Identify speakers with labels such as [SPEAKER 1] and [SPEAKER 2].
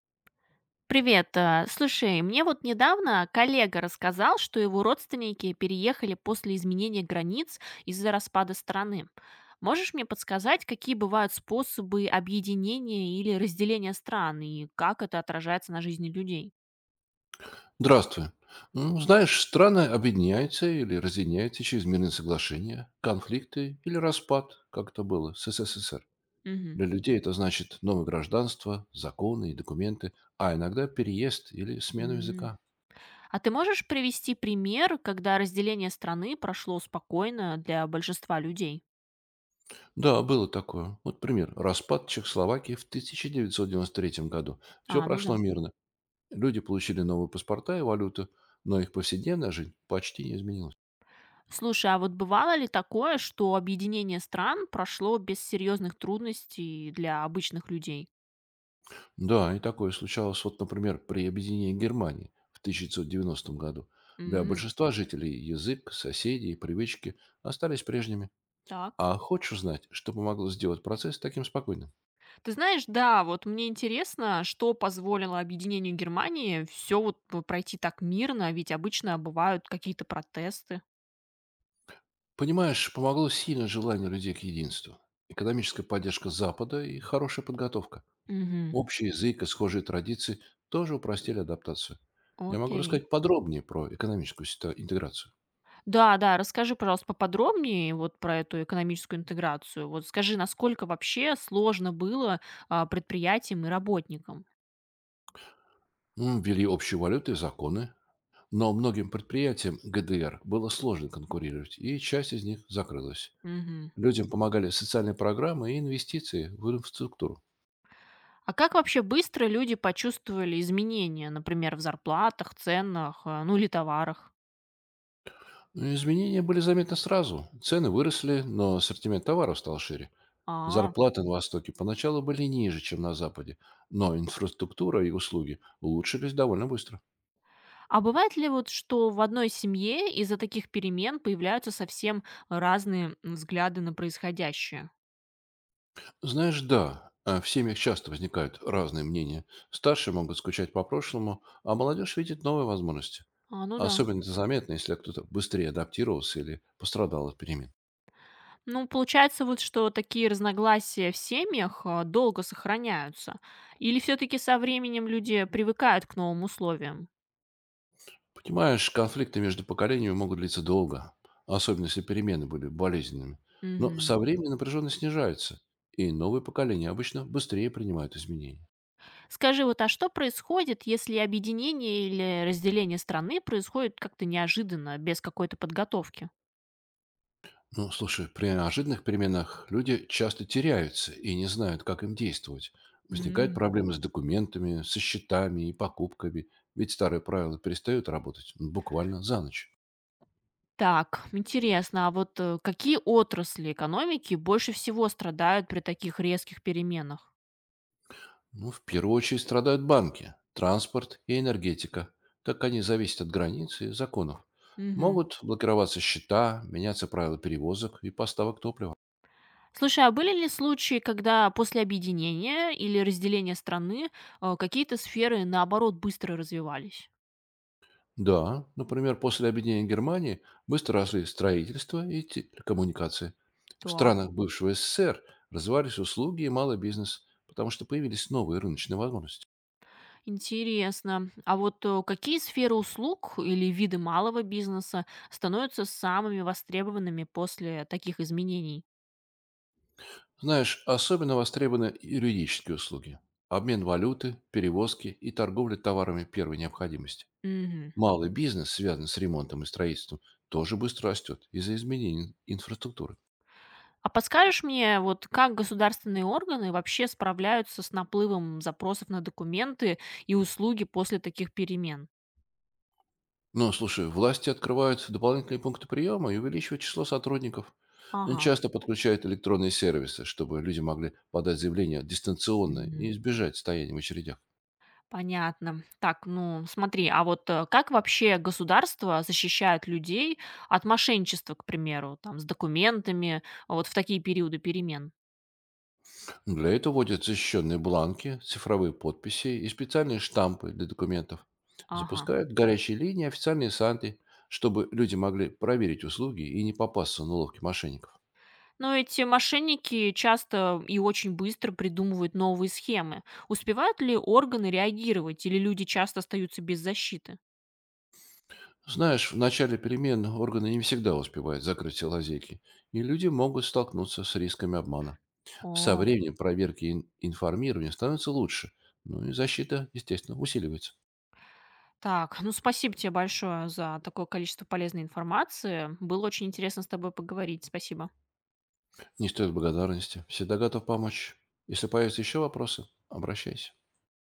[SPEAKER 1] Привет. Слушай, мне вот недавно коллега рассказал, что его родственники переехали после изменения границ из-за распада страны. Можешь мне подсказать, какие бывают способы объединения или разделения стран и как это отражается на жизни людей?
[SPEAKER 2] Здравствуй. Ну, Знаешь, страны объединяются или разъединяются через мирные соглашения, конфликты или распад, как это было с СССР.
[SPEAKER 1] Мгм.
[SPEAKER 2] Для людей это значит новое гражданство, законы и документы, а иногда переезд или смену
[SPEAKER 1] М.
[SPEAKER 2] языка.
[SPEAKER 1] А ты можешь привести пример, когда разделение страны прошло спокойно для большинства людей?
[SPEAKER 2] Да, было такое. Вот пример. Распад Чехословакии в 1993 году. Все
[SPEAKER 1] А, ну да.
[SPEAKER 2] прошло мирно. Люди получили новые паспорта и валюту, но их повседневная жизнь почти не изменилась.
[SPEAKER 1] Слушай, а вот бывало ли такое, что объединение стран прошло без серьезных трудностей для обычных людей?
[SPEAKER 2] Да, и такое случалось, вот, например, при объединении Германии в 1990 году. Для
[SPEAKER 1] М.
[SPEAKER 2] большинства жителей язык, соседи и привычки остались прежними.
[SPEAKER 1] Так.
[SPEAKER 2] А хочешь узнать, что помогло сделать процесс таким спокойным?
[SPEAKER 1] Ты знаешь, да, вот мне интересно, что позволило объединению Германии все вот пройти так мирно, ведь обычно бывают какие-то протесты.
[SPEAKER 2] Понимаешь, помогло сильное желание людей к единству, экономическая поддержка Запада и хорошая подготовка.
[SPEAKER 1] Мгм.
[SPEAKER 2] Общий язык и схожие традиции тоже упростили адаптацию. Я могу
[SPEAKER 1] Окей.
[SPEAKER 2] рассказать подробнее про экономическую интеграцию.
[SPEAKER 1] Да, да, расскажи, пожалуйста, поподробнее вот про эту экономическую интеграцию. Вот скажи, насколько вообще сложно было предприятиям и работникам?
[SPEAKER 2] М, Ввели общие валюты и законы, но многим предприятиям ГДР было сложно конкурировать, и часть из них закрылась.
[SPEAKER 1] Мгм.
[SPEAKER 2] Людям помогали социальные программы и инвестиции в инфраструктуру.
[SPEAKER 1] А как вообще быстро люди почувствовали изменения, например, в зарплатах, ценах, ну или товарах?
[SPEAKER 2] Ну, изменения были заметны сразу. Цены выросли, но ассортимент товаров стал шире.
[SPEAKER 1] А,
[SPEAKER 2] Зарплаты на Востоке поначалу были ниже, чем на Западе, но инфраструктура и услуги улучшились довольно быстро.
[SPEAKER 1] а бывает ли вот, что в одной семье из-за таких перемен появляются совсем разные взгляды на происходящее?
[SPEAKER 2] Знаешь, да, а, в семьях часто возникают разные мнения. Старшие могут скучать по прошлому, а молодежь видит новые возможности.
[SPEAKER 1] А, ну да.
[SPEAKER 2] Особенно это заметно, если кто-то быстрее адаптировался или пострадал от перемен.
[SPEAKER 1] Ну, получается вот, что такие разногласия в семьях долго сохраняются. Или все-таки со временем люди привыкают к новым условиям?
[SPEAKER 2] Понимаешь, конфликты между поколениями могут длиться долго, особенно если перемены были болезненными. Но со временем напряженность снижается, и новые поколения обычно быстрее принимают изменения.
[SPEAKER 1] Скажи, вот а что происходит, если объединение или разделение страны происходит как-то неожиданно, без какой-то подготовки?
[SPEAKER 2] Ну, слушай, при неожиданных переменах люди часто теряются и не знают, как им действовать. Возникают
[SPEAKER 1] М.
[SPEAKER 2] проблемы с документами, со счетами и покупками, ведь старые правила перестают работать, ну, буквально за ночь.
[SPEAKER 1] Так, интересно, а вот какие отрасли экономики больше всего страдают при таких резких переменах?
[SPEAKER 2] Ну, в первую очередь страдают банки, транспорт и энергетика, так как они зависят от границ и законов.
[SPEAKER 1] Мгм.
[SPEAKER 2] Могут блокироваться счета, меняться правила перевозок и поставок топлива.
[SPEAKER 1] Слушай, а были ли случаи, когда после объединения или разделения страны какие-то сферы, наоборот, быстро развивались?
[SPEAKER 2] Да, например, после объединения Германии быстро росли строительство и телекоммуникации. В
[SPEAKER 1] Так.
[SPEAKER 2] странах бывшего СССР развивались услуги и малый бизнес, потому что появились новые рыночные возможности.
[SPEAKER 1] Интересно. А вот какие сферы услуг или виды малого бизнеса становятся самыми востребованными после таких изменений?
[SPEAKER 2] Знаешь, особенно востребованы юридические услуги. Обмен валюты, перевозки и торговля товарами первой необходимости.
[SPEAKER 1] Мгм.
[SPEAKER 2] Малый бизнес, связанный с ремонтом и строительством, тоже быстро растет из-за изменений инфраструктуры.
[SPEAKER 1] А подскажешь мне, вот как государственные органы вообще справляются с наплывом запросов на документы и услуги после таких перемен?
[SPEAKER 2] Ну, слушай, власти открывают дополнительные пункты приема и увеличивают число сотрудников.
[SPEAKER 1] Ага.
[SPEAKER 2] Часто подключают электронные сервисы, чтобы люди могли подать заявление дистанционно
[SPEAKER 1] Мгм.
[SPEAKER 2] и избежать стояния в очередях.
[SPEAKER 1] Понятно. Так, ну смотри, а вот как вообще государство защищает людей от мошенничества, к примеру, там, с документами, вот в такие периоды перемен?
[SPEAKER 2] Для этого вводят защищенные бланки, цифровые подписи и специальные штампы для документов.
[SPEAKER 1] Ага.
[SPEAKER 2] Запускают горячие линии, официальные сайты, чтобы люди могли проверить услуги и не попасться на уловки мошенников.
[SPEAKER 1] Но эти мошенники часто и очень быстро придумывают новые схемы. Успевают ли органы реагировать, или люди часто остаются без защиты?
[SPEAKER 2] Знаешь, в начале перемен органы не всегда успевают закрыть все лазейки, и люди могут столкнуться с рисками обмана. Со
[SPEAKER 1] О.
[SPEAKER 2] временем проверки и информирование становятся лучше, ну и защита, естественно, усиливается.
[SPEAKER 1] Так, ну спасибо тебе большое за такое количество полезной информации. Было очень интересно с тобой поговорить. Спасибо.
[SPEAKER 2] Не стоит благодарности. Всегда готов помочь. Если появятся еще вопросы, обращайся.